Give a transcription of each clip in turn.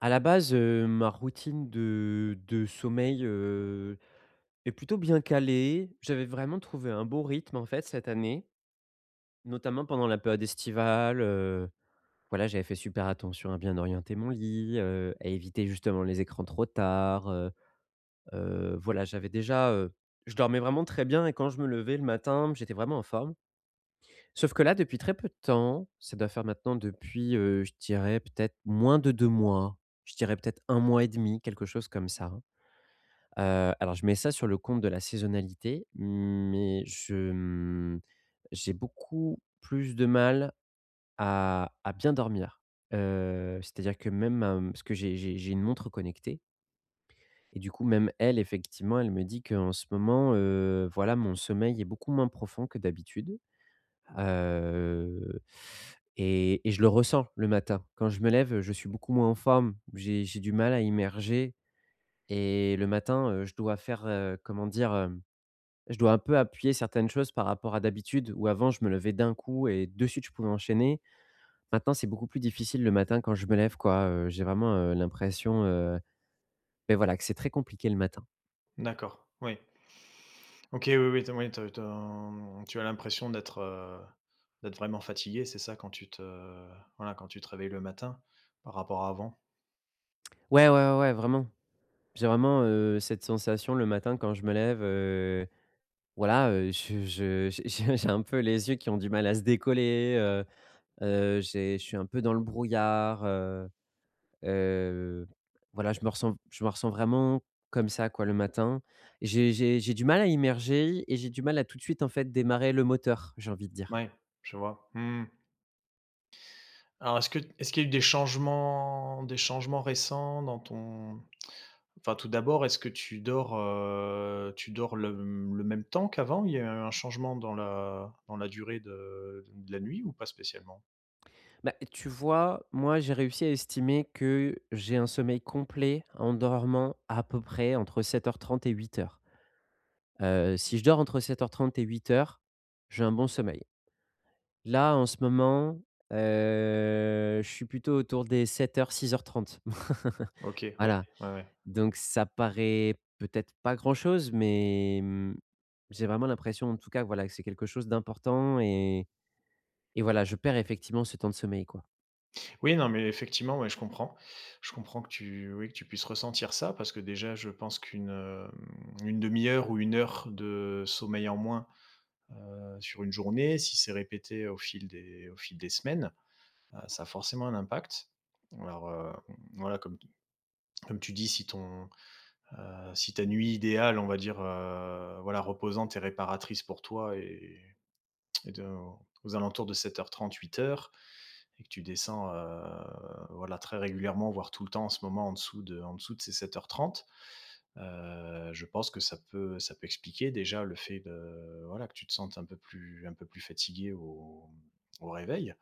À la base, ma routine de sommeil, est plutôt bien calée. J'avais vraiment trouvé un beau rythme, en fait, cette année, notamment pendant la période estivale, voilà, j'avais fait super attention à bien orienter mon lit, à éviter justement les écrans trop tard. Voilà, j'avais déjà, je dormais vraiment très bien et quand je me levais le matin, j'étais vraiment en forme. Sauf que là, depuis très peu de temps, ça doit faire maintenant depuis, je dirais peut-être moins de 2 mois, je dirais peut-être un mois et demi, quelque chose comme ça. Alors je mets ça sur le compte de la saisonnalité, mais j'ai beaucoup plus de mal à bien dormir. C'est-à-dire que même ma, parce que j'ai une montre connectée et du coup même elle effectivement, elle me dit qu'en ce moment, voilà, mon sommeil est beaucoup moins profond que d'habitude. Heu et je le ressens le matin. Quand je me lève, je suis beaucoup moins en forme. J'ai du mal à immerger et le matin, je dois faire, comment dire? Je dois un peu appuyer certaines choses par rapport à d'habitude, où avant je me levais d'un coup et de suite je pouvais enchaîner. Maintenant, c'est beaucoup plus difficile le matin quand je me lève, quoi. J'ai vraiment, l'impression, beh, voilà, que c'est très compliqué le matin. D'accord, oui. OK, oui, oui, tu as, mmh, l'impression d'être, d'être vraiment fatigué, c'est ça, quand tu te voilà, quand tu te réveilles le matin, par rapport à avant? Ouais, ouais, ouais, ouais, vraiment. J'ai vraiment, cette sensation le matin quand je me lève, voilà, je j'ai j'ai un peu les yeux qui ont du mal à se décoller. J'ai, je suis un peu dans le brouillard. Heu, voilà, je me ressens vraiment comme ça, quoi, le matin. J'ai du mal à immerger et j'ai du mal à tout de suite, en fait, démarrer le moteur, j'ai envie de dire. Oui, je vois. Mmh. Alors est-ce qu'il y a eu des changements récents dans ton enfin, tout d'abord, est-ce que tu dors le même temps qu'avant? Il y a eu un changement dans la durée de la nuit ou pas spécialement? Bah, tu vois, moi, j'ai réussi à estimer que j'ai un sommeil complet en dormant à peu près entre sept heures trente et 8:00. Si je dors entre sept heures trente et huit heures, j'ai un bon sommeil. Là, en ce moment, je suis plutôt autour des sept heures, six heures trente. OK, oui, Voilà. ouais, ouais. Donc ça paraît peut-être pas grand-chose, mais j'ai vraiment l'impression en tout cas, voilà, que c'est quelque chose d'important et voilà, je perds effectivement ce temps de sommeil, quoi. Oui, non, mais effectivement, ouais, je comprends. Je comprends que tu, oui, que tu puisses ressentir ça parce que déjà, je pense qu'une une demi-heure ou une heure de sommeil en moins sur une journée, si c'est répété au fil des semaines, ça a forcément un impact. Alors, voilà, comme, comme tu dis, si, ton, si ta nuit idéale, on va dire, voilà, reposante et réparatrice pour toi et de- aux alentours de 7h30, 8h, et que tu descends, voilà, très régulièrement, voire tout le temps en ce moment, en dessous de ces 7:30, je pense que ça peut expliquer déjà le fait de voilà, que tu te sentes un peu plus fatigué au au réveil.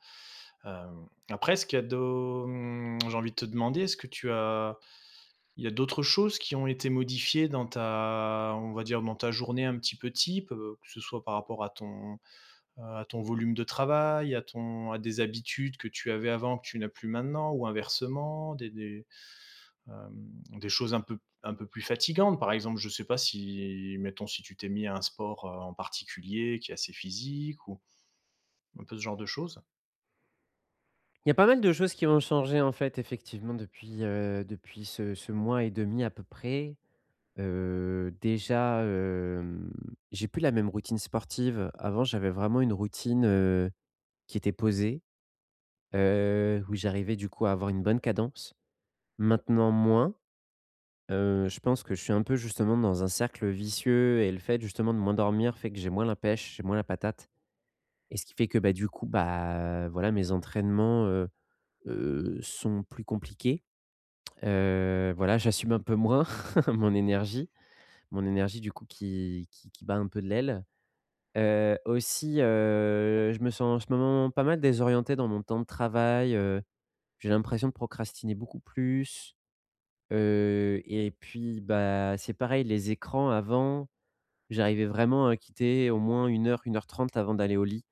Hem, après ce qu'il y a d'au mmh, j'ai envie de te demander, est-ce que tu as il y a d'autres choses qui ont été modifiées dans ta on va dire, dans ta journée un petit peu type, que ce soit par rapport à ton volume de travail, à des habitudes que tu avais avant, que tu n'as plus maintenant ou inversement, des, hem, des choses un peu plus fatigantes. Par exemple, je ne sais pas si, mettons, si tu t'es mis à un sport, en particulier qui est assez physique ou un peu ce genre de choses? Il y a pas mal de choses qui ont changé en fait effectivement depuis, depuis ce mois et demi à peu près. Déjà, j'ai plus la même routine sportive. Avant, j'avais vraiment une routine, qui était posée, où j'arrivais du coup à avoir une bonne cadence. Maintenant moins. Je pense que je suis un peu justement dans un cercle vicieux et le fait justement de moins dormir fait que j'ai moins la pêche, j'ai moins la patate et ce qui fait que, bah, du coup, bah, voilà, mes entraînements, sont plus compliqués. Voilà, j'assume un peu moins mon énergie mon énergie du coup qui bat un peu de l'aile. Aussi, je me sens en ce moment pas mal désorienté dans mon temps de travail. J'ai l'impression de procrastiner beaucoup plus. Et puis, bah, c'est pareil, les écrans avant, j'arrivais vraiment à quitter au moins une heure trente avant d'aller au lit,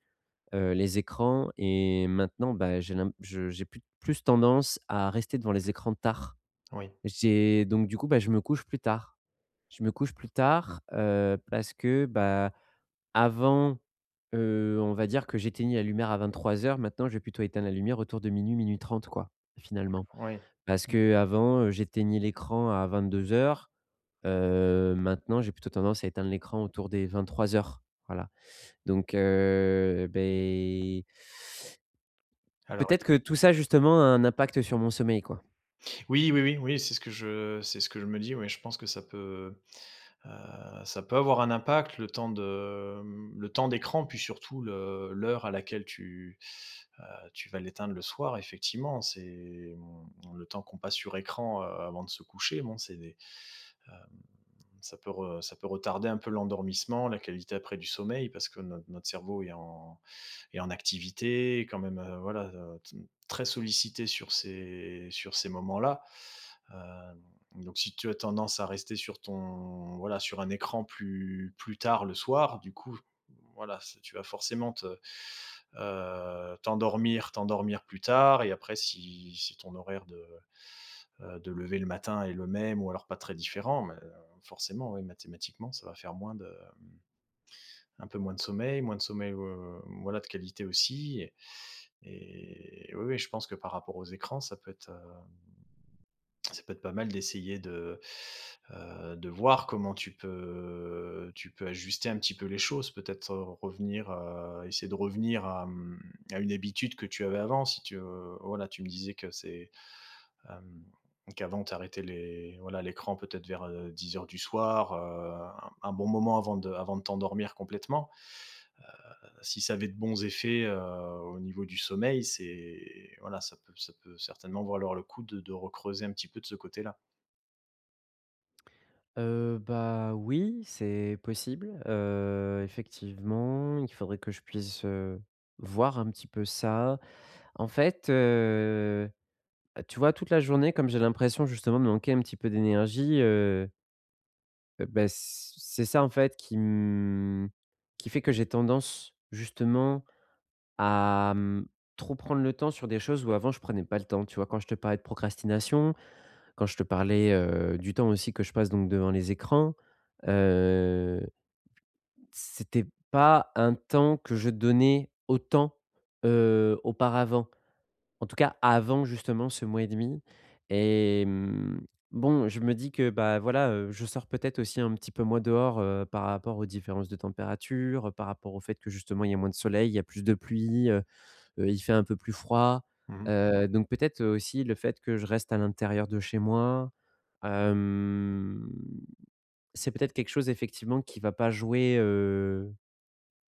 les écrans, et maintenant, bah, j'ai l'im je j'ai plus plus tendance à rester devant les écrans tard. Oui, J'ai donc du coup, bah, je me couche plus tard. Je me couche plus tard, parce que, bah, avant, on va dire que j'éteignais la lumière à 23:00, maintenant je vais plutôt éteindre la lumière autour de minuit, minuit trente quoi, finalement. oui. Parce Mmh. qu'avant, j'éteignais l'écran à 22:00. Maintenant, j'ai plutôt tendance à éteindre l'écran autour des vingt-trois heures, voilà. Donc Alors peut-être oui, que tout ça justement a un impact sur mon sommeil, quoi? oui, oui, oui, oui, c'est ce que je c'est ce que je me dis, oui, je pense que ça peut avoir un impact le temps de, mmh, le temps d'écran, puis surtout le l'heure à laquelle tu, heu, tu vas l'éteindre le soir effectivement. C'est, mmh, le temps qu'on passe sur écran, avant de se coucher, bon c'est des, hem, ça peut retarder un peu l'endormissement, la qualité après du sommeil parce que notre cerveau est en est en activité, quand même, voilà, t très sollicité sur ces moments-là. Hem, donc si tu as tendance à rester sur ton voilà, sur un écran plus tard le soir, du coup, voilà, c'est tu vas forcément te, t'endormir plus tard et après si si ton horaire de lever le matin est le même ou alors pas très différent, mais forcément, oui, mathématiquement, ça va faire moins de, mmh, un peu moins de sommeil, voilà, de qualité aussi et oui, oui, je pense que par rapport aux écrans, ça peut être, ça peut être pas mal d'essayer de voir comment tu peux ajuster un petit peu les choses. Peut-être, revenir, essayer de revenir à, mmh, à une habitude que tu avais avant. Si tu, voilà, tu me disais que c'est, hem, qu'avant tu arrêtais les voilà, l'écran peut-être vers, dix heures du soir, un bon moment avant de t'endormir complètement. Si ça avait de bons effets, au niveau du sommeil, c'est voilà, ça peut certainement valoir le coup de recreuser un petit peu de ce côté-là. Bah, oui, c'est possible. Effectivement, il faudrait que je puisse, voir un petit peu ça. En fait, tu vois, toute la journée, comme j'ai l'impression justement de manquer un petit peu d'énergie, bah, c'est ça en fait qui qui fait que j'ai tendance justement à trop prendre le temps sur des choses où avant je prenais pas le temps. Tu vois? Quand je te parlais de procrastination, quand je te parlais, du temps aussi que je passe donc devant les écrans, heu, c'était pas un temps que je donnais autant, auparavant. En tout cas, avant justement ce mois et demi et bon, je me dis que, bah, voilà, je sors peut-être aussi un petit peu moins dehors, par rapport aux différences de température, par rapport au fait que justement il y a moins de soleil, il y a plus de pluie, il fait un peu plus froid. Mmh. Donc peut-être, aussi le fait que je reste à l'intérieur de chez moi, hem, c'est peut-être quelque chose effectivement qui va pas jouer,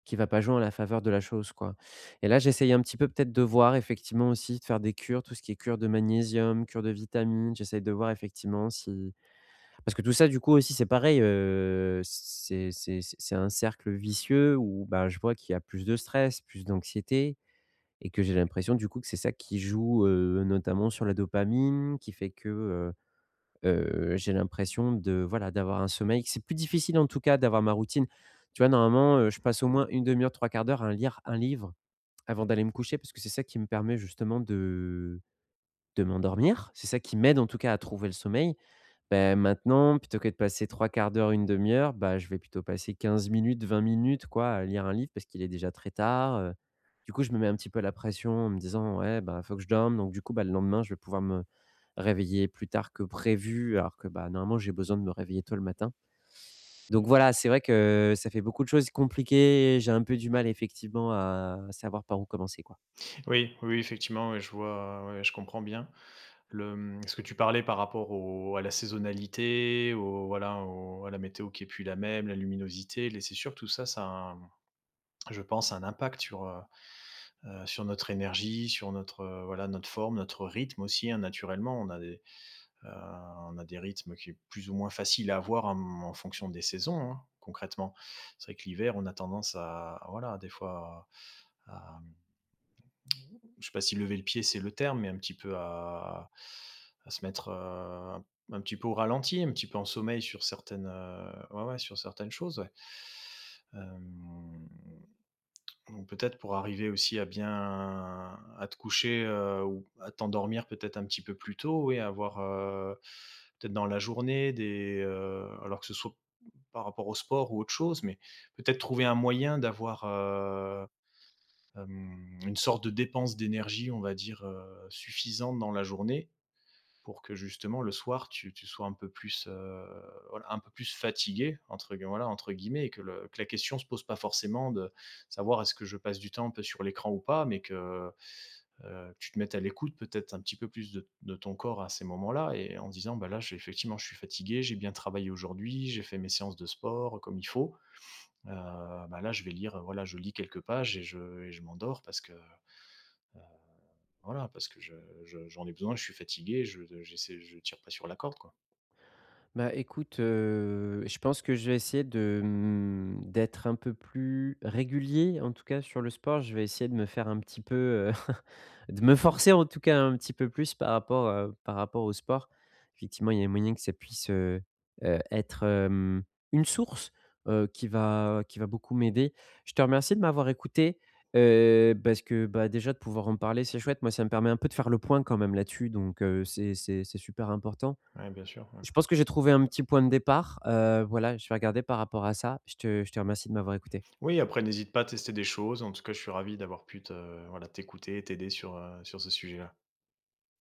qui va pas jouer en la faveur de la chose, quoi. Et là, j'essayais un petit peu peut-être de voir effectivement aussi de faire des cures, tout ce qui est cure de magnésium, cure de vitamines. J'essaye de voir effectivement si, parce que tout ça, du coup, aussi, c'est pareil, c'est un cercle vicieux où, bah, je vois qu'il y a plus de stress, plus d'anxiété et que j'ai l'impression du coup que c'est ça qui joue, notamment sur la dopamine, qui fait que, j'ai l'impression de voilà, d'avoir un sommeil, c'est plus difficile en tout cas d'avoir ma routine. Tu vois, normalement, je passe au moins une demi heure, trois quarts d'heure à lire un livre avant d'aller me coucher parce que c'est ça qui me permet justement de m'endormir. C'est ça qui m'aide en tout cas à trouver le sommeil. Ben maintenant, plutôt que de passer trois quarts d'heure, une demi heure, bah, je vais plutôt passer 15 minutes, 20 minutes, quoi, à lire un livre parce qu'il est déjà très tard. Du coup, je me mets un petit peu la pression en me disant: «Ouais, bah, faut que je dorme», donc du coup, bah, le lendemain, je vais pouvoir me réveiller plus tard que prévu alors que, bah, normalement, j'ai besoin de me réveiller tôt le matin. Donc voilà, c'est vrai que ça fait beaucoup de choses compliquées, j'ai un peu du mal effectivement à savoir par où commencer, quoi. Oui, oui, oui, effectivement, ouais, je vois, ouais, je comprends bien. Le, mmh, ce que tu parlais par rapport au à la saisonnalité, au voilà, au à la météo qui est plus la même, la luminosité, les sûr, tout ça, ça a un je pense, un impact sur, sur notre énergie, sur notre, voilà, notre forme, notre rythme aussi, hein, naturellement. Heu, on a des rythmes qui est plus ou moins facile à avoir en mmh, en fonction des saisons, hein, concrètement. C'est vrai que l'hiver, on a tendance à voilà, des fois à je sais pas si lever le pied, c'est le terme, mais un petit peu à se mettre, un petit peu au ralenti, un petit peu en sommeil sur certaines, ouais, ouais, sur certaines choses, ouais. Hem, donc peut-être pour arriver aussi à bien à te coucher, ou à t'endormir peut-être un petit peu plus tôt, et avoir, peut-être dans la journée des, alors que ce soit par rapport au sport ou autre chose, mais peut-être trouver un moyen d'avoir, hem, une sorte de dépense d'énergie, on va dire, suffisante dans la journée pour que justement le soir tu sois un peu plus, voilà, un peu plus «fatigué» entre gue voilà, entre guillemets et que le que la question se pose pas forcément de savoir est-ce que je passe du temps un peu sur l'écran ou pas, mais que, tu te mettes à l'écoute peut-être un petit peu plus de ton corps à ces moments-là et en disant: «Bah, là, j'ai effectivement, je suis fatigué, j'ai bien travaillé aujourd'hui, j'ai fait mes séances de sport comme il faut, bah, là, je vais lire, voilà, je lis quelques pages et je m'endors parce que» Voilà, parce que je j'en ai besoin, je suis fatigué, je j'essaie je tire pas sur la corde, quoi. Bah, écoute, je pense que je vais essayer d'être un peu plus régulier, en tout cas sur le sport. Je vais essayer de me faire un petit peu, de me forcer en tout cas un petit peu plus par rapport au sport. Effectivement, il y a moyen que ça puisse, être, une source, qui va beaucoup m'aider. Je te remercie de m'avoir écouté, parce que, bah, déjà de pouvoir en parler, c'est chouette. Moi, ça me permet un peu de faire le point quand même là-dessus, donc c'est super important. Ouais, bien sûr, ouais. Je pense que j'ai trouvé un petit point de départ, voilà, je vais regarder par rapport à ça. Je te remercie de m'avoir écouté. Oui, après n'hésite pas à tester des choses. En tout cas, je suis ravi d'avoir pu te voilà, t'écouter, t'aider sur, sur ce sujet-là.